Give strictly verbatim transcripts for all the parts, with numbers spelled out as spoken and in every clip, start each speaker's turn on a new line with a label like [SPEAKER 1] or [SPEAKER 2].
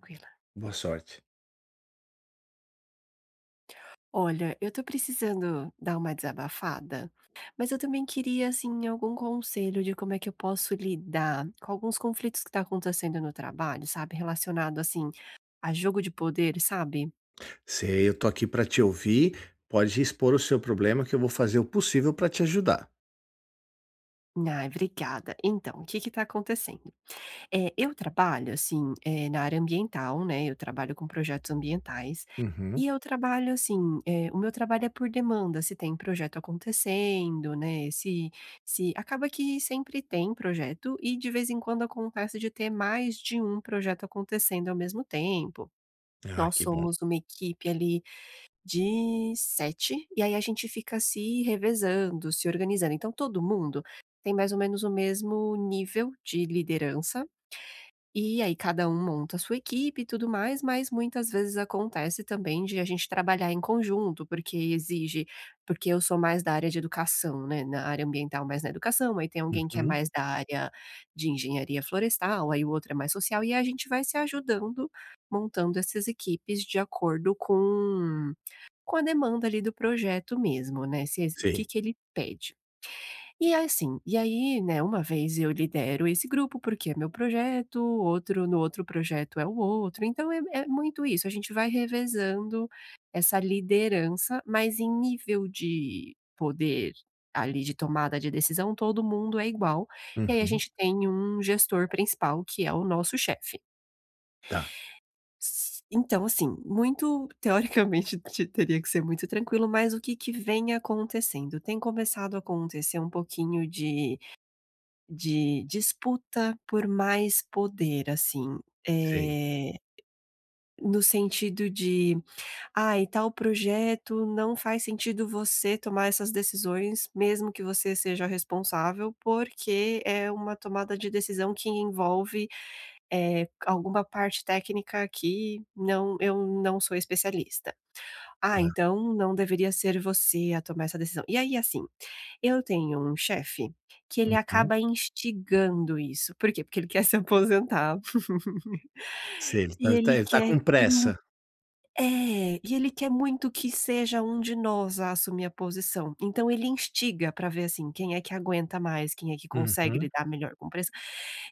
[SPEAKER 1] Tranquila.
[SPEAKER 2] Boa sorte.
[SPEAKER 1] Olha, eu tô precisando dar uma desabafada, mas eu também queria, assim, algum conselho de como é que eu posso lidar com alguns conflitos que tá acontecendo no trabalho, sabe? Relacionado, assim, a jogo de poder, sabe?
[SPEAKER 2] Sei, eu tô aqui para te ouvir. Pode expor o seu problema que eu vou fazer o possível para te ajudar.
[SPEAKER 1] Ai, obrigada. Então, o que que tá acontecendo? É, eu trabalho, assim, eh, na área ambiental, né, eu trabalho com projetos ambientais,
[SPEAKER 2] Uhum.
[SPEAKER 1] e eu trabalho assim, eh, o meu trabalho é por demanda, se tem projeto acontecendo, né, se se acaba que sempre tem projeto e de vez em quando acontece de ter mais de um projeto acontecendo ao mesmo tempo.
[SPEAKER 2] Ah,
[SPEAKER 1] Nós
[SPEAKER 2] que bom.
[SPEAKER 1] somos uma equipe ali de sete e aí a gente fica se revezando, se organizando. Então todo mundo tem mais ou menos o mesmo nível de liderança e aí cada um monta a sua equipe e tudo mais, mas muitas vezes acontece também de a gente trabalhar em conjunto, porque exige porque eu sou mais da área de educação, né, na área ambiental, mais na educação, aí tem alguém que é
[SPEAKER 2] Uhum.
[SPEAKER 1] mais da área de engenharia florestal, aí o outro é mais social, e a gente vai se ajudando, montando essas equipes de acordo com com a demanda ali do projeto mesmo, né, se ex o que
[SPEAKER 2] Sei.
[SPEAKER 1] que ele pede. E aí, assim, e aí, né, uma vez eu lidero esse grupo, porque é meu projeto, outro no outro projeto é o outro, então é é muito isso, a gente vai revezando essa liderança, mas em nível de poder, ali, de tomada de decisão, todo mundo é igual, e aí a
[SPEAKER 2] Uhum.
[SPEAKER 1] gente tem um gestor principal, que é o nosso chefe.
[SPEAKER 2] Tá.
[SPEAKER 1] S Então, assim, muito teoricamente te teria que ser muito tranquilo, mas o que que vem acontecendo? Tem começado a acontecer um pouquinho de de disputa por mais poder, assim,
[SPEAKER 2] Sei.
[SPEAKER 1] eh, no sentido de: "Ai, tal projeto não faz sentido você tomar essas decisões, mesmo que você seja responsável, porque é uma tomada de decisão que envolve, eh, alguma parte técnica que não eu não sou especialista. Ah,
[SPEAKER 2] Tá.
[SPEAKER 1] então não deveria ser você a tomar essa decisão". E aí, assim, eu tenho um chefe que ele
[SPEAKER 2] Uhum.
[SPEAKER 1] acaba instigando isso. Por quê? Porque ele quer se aposentar.
[SPEAKER 2] Sei, ele tá
[SPEAKER 1] E
[SPEAKER 2] ele tá
[SPEAKER 1] ele
[SPEAKER 2] ele tá
[SPEAKER 1] quer
[SPEAKER 2] com
[SPEAKER 1] que mu
[SPEAKER 2] pressa.
[SPEAKER 1] é, e ele quer muito que seja um de nós a assumir a posição. Então ele instiga para ver, assim, quem é que aguenta mais, quem é que consegue
[SPEAKER 2] Uhum.
[SPEAKER 1] lidar melhor com pressão.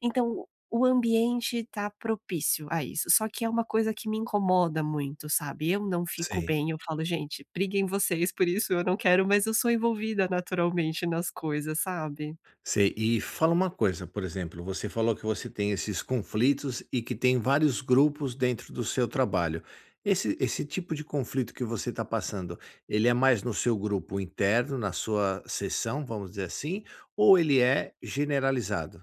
[SPEAKER 1] Então, o ambiente tá propício a isso, só que é uma coisa que me incomoda muito, sabe, eu não fico
[SPEAKER 2] Sei.
[SPEAKER 1] bem, eu falo: "Gente, briguem vocês por isso, eu não quero", mas eu sou envolvida naturalmente nas coisas, sabe.
[SPEAKER 2] Sei. E fala uma coisa, por exemplo, você falou que você tem esses conflitos e que tem vários grupos dentro do seu trabalho. Esse, esse tipo de conflito que você está passando, ele é mais no seu grupo interno, na sua sessão, vamos dizer assim, ou ele é generalizado?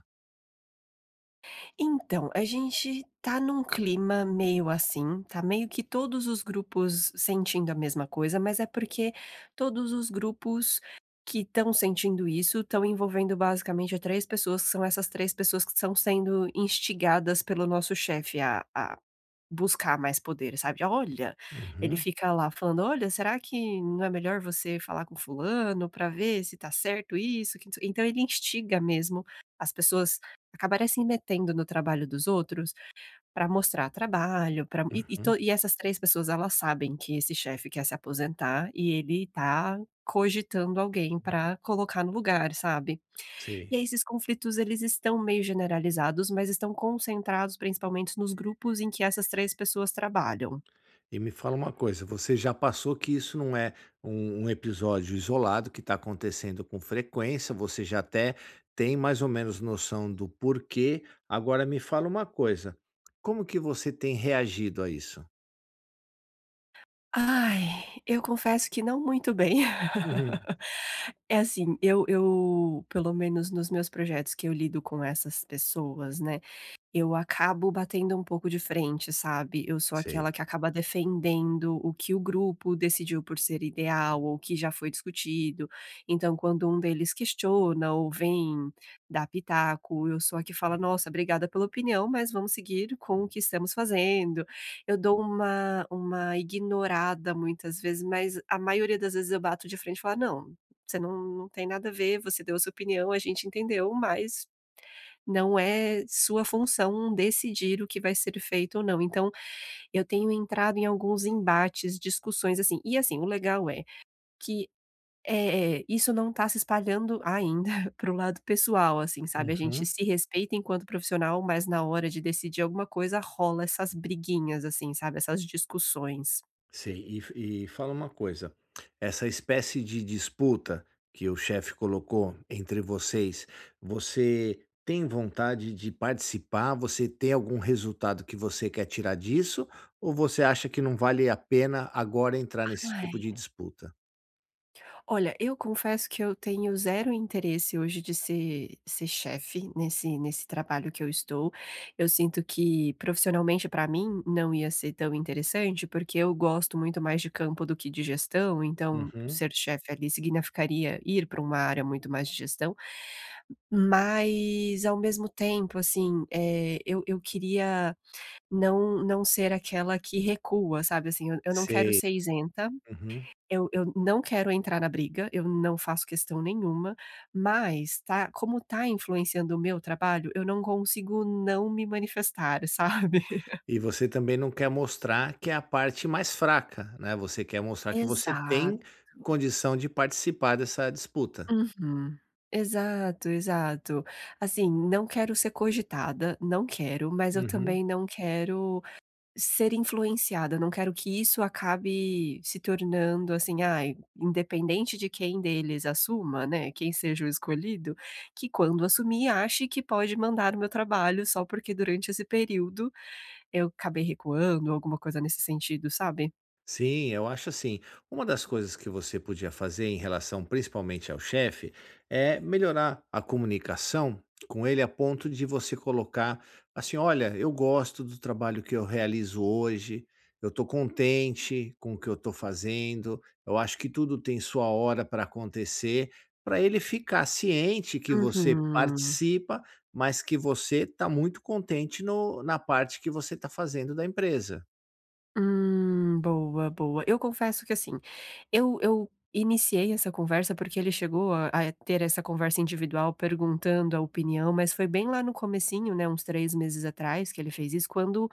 [SPEAKER 1] Então, a gente tá num clima meio assim, tá meio que todos os grupos sentindo a mesma coisa, mas é porque todos os grupos que estão sentindo isso, estão envolvendo basicamente três pessoas, que são essas três pessoas que estão sendo instigadas pelo nosso chefe a a buscar mais poder, sabe. Olha, ele
[SPEAKER 2] Uhum,
[SPEAKER 1] fica lá falando: "Olha, será que não é melhor você falar com fulano para ver se tá certo isso, que não sei". Então ele instiga mesmo as pessoas acabarem se metendo no trabalho dos outros para mostrar trabalho, para e e to
[SPEAKER 2] uhum,
[SPEAKER 1] e essas três pessoas, elas sabem que esse chefe quer se aposentar e ele tá cogitando alguém para colocar no lugar, sabe.
[SPEAKER 2] sei.
[SPEAKER 1] E aí esses conflitos eles estão meio generalizados, mas estão concentrados principalmente nos grupos em que essas três pessoas trabalham.
[SPEAKER 2] E me fala uma coisa, você já passou que isso não é um, um episódio isolado que está acontecendo com frequência, você já até tem mais ou menos noção do porquê. Agora me fala uma coisa, como que você tem reagido a isso?
[SPEAKER 1] Ai, eu confesso que não muito bem.
[SPEAKER 2] Uhum.
[SPEAKER 1] É assim, eu eu, pelo menos nos meus projetos que eu lido com essas pessoas, né, eu acabo batendo um pouco de frente, sabe. Eu sou
[SPEAKER 2] Sei.
[SPEAKER 1] aquela que acaba defendendo o que o grupo decidiu por ser ideal ou que já foi discutido. Então, quando um deles questiona ou vem dar pitaco, eu sou a que fala: "Nossa, obrigada pela opinião, mas vamos seguir com o que estamos fazendo". Eu dou uma uma ignorada muitas vezes, mas a maioria das vezes eu bato de frente e falo: "Não, você não não tem nada a ver, você deu a sua opinião, a gente entendeu, mas não é sua função decidir o que vai ser feito ou não". Então, eu tenho entrado em alguns embates, discussões, assim. E assim, o legal é que, eh, isso não está se espalhando ainda para o lado pessoal, assim, sabe. A gente
[SPEAKER 2] Uhum.
[SPEAKER 1] se respeita enquanto profissional, mas na hora de decidir alguma coisa rola essas briguinhas, assim, sabe, essas discussões.
[SPEAKER 2] Sim, e e fala uma coisa, essa espécie de disputa que o chefe colocou entre vocês, você tem vontade de participar? Você tem algum resultado que você quer tirar disso ou você acha que não vale a pena agora entrar nesse tipo de disputa?
[SPEAKER 1] Olha, eu confesso que eu tenho zero interesse hoje de ser ser chefe nesse nesse trabalho que eu estou. Eu sinto que profissionalmente para mim não ia ser tão interessante, porque eu gosto muito mais de campo do que de gestão, então
[SPEAKER 2] Uhum,
[SPEAKER 1] ser chefe ali significaria ir para uma área muito mais de gestão. Mas ao mesmo tempo, assim, eh, eu eu queria não não ser aquela que recua, sabe, assim, eu eu não quero
[SPEAKER 2] sei,
[SPEAKER 1] ser isenta,
[SPEAKER 2] uhum.
[SPEAKER 1] eu eu não quero entrar na briga, eu não faço questão nenhuma, mas tá como tá influenciando o meu trabalho, eu não consigo não me manifestar, sabe.
[SPEAKER 2] E você também não quer mostrar que é a parte mais fraca, né, você quer mostrar que você tem
[SPEAKER 1] Exato.
[SPEAKER 2] condição de participar dessa disputa.
[SPEAKER 1] Uhum. Exato, exato. Assim, não quero ser cogitada, não quero, mas eu
[SPEAKER 2] Uhum.
[SPEAKER 1] também não quero ser influenciada. Eu não quero que isso acabe se tornando assim, ai, independente de quem deles assuma, né, quem seja o escolhido, que quando assumir ache que pode mandar o meu trabalho só porque durante esse período eu acabei recuando, alguma coisa nesse sentido, sabe?
[SPEAKER 2] Sim, eu acho assim, uma das coisas que você podia fazer em relação principalmente ao chefe é melhorar a comunicação com ele a ponto de você colocar assim: olha, eu gosto do trabalho que eu realizo hoje, eu estou contente com o que eu estou fazendo, eu acho que tudo tem sua hora para acontecer, para ele ficar ciente que você
[SPEAKER 1] Uhum.
[SPEAKER 2] participa, mas que você está muito contente no, na parte que você está fazendo da empresa.
[SPEAKER 1] Hum, boa, boa. Eu confesso que assim, eu eu iniciei essa conversa, porque ele chegou a a ter essa conversa individual perguntando a opinião, mas foi bem lá no comecinho, né, uns três meses atrás que ele fez isso, quando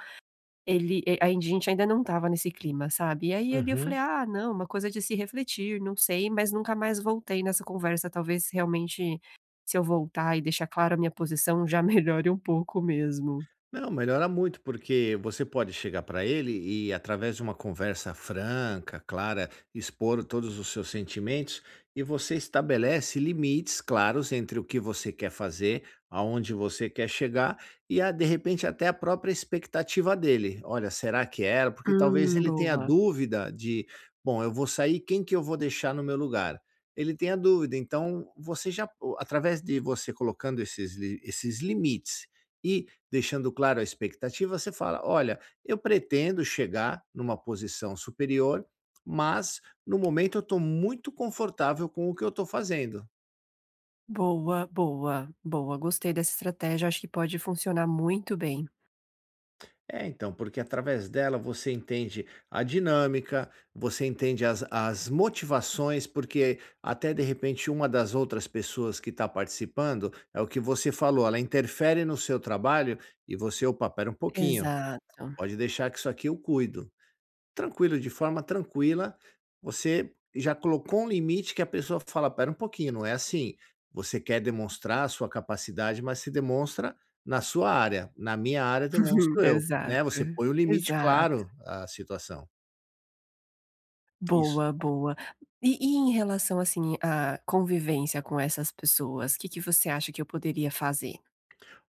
[SPEAKER 1] ele e a gente ainda não estava nesse clima, sabe. E aí ele eu falei:
[SPEAKER 2] Uhum.
[SPEAKER 1] "Ah, não, uma coisa de se refletir, não sei", mas nunca mais voltei nessa conversa, talvez realmente se eu voltar e deixar clara a minha posição já melhore um pouco mesmo.
[SPEAKER 2] Não, melhora muito, porque você pode chegar para ele e, através de uma conversa franca, clara, expor todos os seus sentimentos e você estabelece limites claros entre o que você quer fazer, aonde você quer chegar e, a, de repente, até a própria expectativa dele. Olha, será que era? Porque talvez
[SPEAKER 1] Hum,
[SPEAKER 2] ele tenha
[SPEAKER 1] boa.
[SPEAKER 2] dúvida de, bom, eu vou sair, quem que eu vou deixar no meu lugar? Ele tem a dúvida, então você já, através de você colocando esses, li- esses limites e deixando claro a expectativa, você fala: "Olha, eu pretendo chegar numa posição superior, mas no momento eu estou muito confortável com o que eu estou fazendo".
[SPEAKER 1] Boa, boa, boa. Gostei dessa estratégia, acho que pode funcionar muito bem.
[SPEAKER 2] É, então, porque através dela você entende a dinâmica, você entende as as motivações, porque até de repente uma das outras pessoas que está participando, é o que você falou, ela interfere no seu trabalho e você: "Opa, espera um pouquinho,
[SPEAKER 1] Exato,
[SPEAKER 2] pode deixar que isso aqui eu cuido". Tranquilo, de forma tranquila, você já colocou um limite que a pessoa fala: "Espera um pouquinho, não é assim. Você quer demonstrar a sua capacidade, mas se demonstra na sua área, na minha área demonstro eu", né,
[SPEAKER 1] exato,
[SPEAKER 2] você põe o limite
[SPEAKER 1] exato.
[SPEAKER 2] claro à situação. Isso.
[SPEAKER 1] Boa, boa. E e em relação, assim, à convivência com essas pessoas, o que que você acha que eu poderia fazer?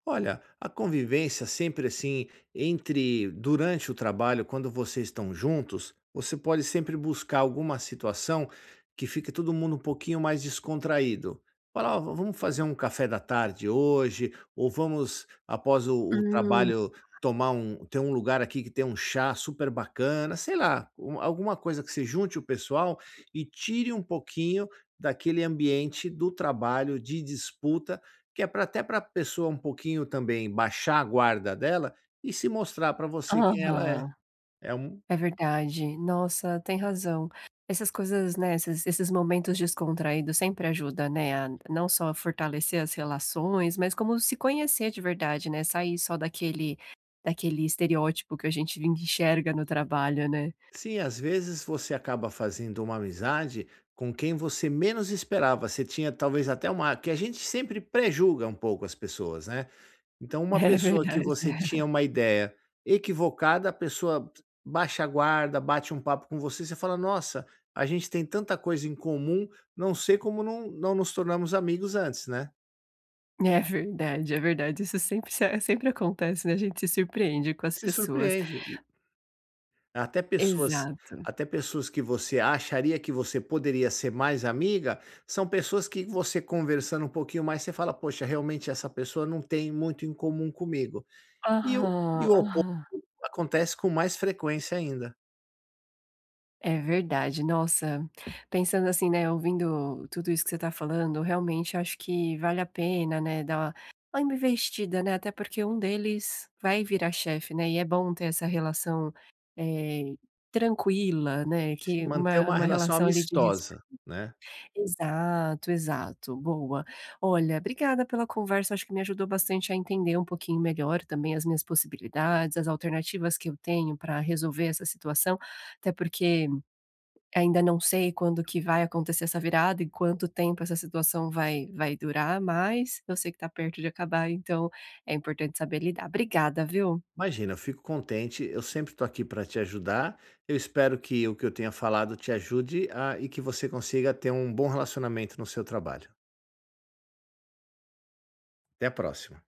[SPEAKER 2] Olha, a convivência sempre assim, entre durante o trabalho, quando vocês estão juntos, você pode sempre buscar alguma situação que fique todo mundo um pouquinho mais descontraído. Falar, "Ó, vamos fazer um café da tarde hoje, ou vamos, após o, o
[SPEAKER 1] Hum,
[SPEAKER 2] trabalho, tomar um. Tem um lugar aqui que tem um chá super bacana, sei lá, um- alguma coisa que se junte o pessoal e tire um pouquinho daquele ambiente do trabalho, de disputa que é pra até para a pessoa um pouquinho também baixar a guarda dela e se mostrar para você quem ela é.
[SPEAKER 1] aham.
[SPEAKER 2] É um
[SPEAKER 1] É verdade. Nossa, tem razão. Essas coisas, né, esses esses momentos descontraídos sempre ajuda, né, a não só fortalecer as relações, mas como se conhecer de verdade, né, sair só daquele daquele estereótipo que a gente enxerga no trabalho, né.
[SPEAKER 2] sim, às vezes você acaba fazendo uma amizade com quem você menos esperava. Você tinha talvez até uma que a gente sempre pré um pouco as pessoas, né. Então uma
[SPEAKER 1] É
[SPEAKER 2] pessoa que
[SPEAKER 1] verdade.
[SPEAKER 2] você tinha uma ideia equivocada, a pessoa baixa a guarda, bate um papo com você, você fala: "Nossa, a gente tem tanta coisa em comum, não sei como não não nos tornamos amigos antes", né.
[SPEAKER 1] É verdade, é verdade. Isso sempre se sempre acontece, né, a gente se surpreende com as
[SPEAKER 2] Se
[SPEAKER 1] pessoas.
[SPEAKER 2] surpreende até pessoas
[SPEAKER 1] Exato.
[SPEAKER 2] até pessoas que você acharia que você poderia ser mais amiga, são pessoas que você conversando um pouquinho mais, você fala: "Poxa, realmente essa pessoa não tem muito em comum comigo". E o
[SPEAKER 1] Aham,
[SPEAKER 2] e o oposto
[SPEAKER 1] aham.
[SPEAKER 2] acontece com mais frequência ainda.
[SPEAKER 1] É verdade. Nossa, pensando assim, né, ouvindo tudo isso que você está falando, realmente acho que vale a pena, né, dar uma uma investida, né, até porque um deles vai virar chefe, né, e é bom ter essa relação, eh, tranquila, né,
[SPEAKER 2] Assim,
[SPEAKER 1] que
[SPEAKER 2] manter
[SPEAKER 1] uma
[SPEAKER 2] uma
[SPEAKER 1] uma
[SPEAKER 2] relação
[SPEAKER 1] relação ali de res
[SPEAKER 2] amistosa, né.
[SPEAKER 1] exato, exato, boa. Olha, obrigada pela conversa, acho que me ajudou bastante a entender um pouquinho melhor também as minhas possibilidades, as alternativas que eu tenho para resolver essa situação, até porque ainda não sei quando que vai acontecer essa virada e quanto tempo essa situação vai vai durar, mas eu sei que tá perto de acabar, então é importante saber lidar. Obrigada, viu?
[SPEAKER 2] Imagina, eu fico contente, eu sempre estou aqui para te ajudar, eu espero que o que eu tenha falado te ajude a e que você consiga ter um bom relacionamento no seu trabalho. Até a próxima.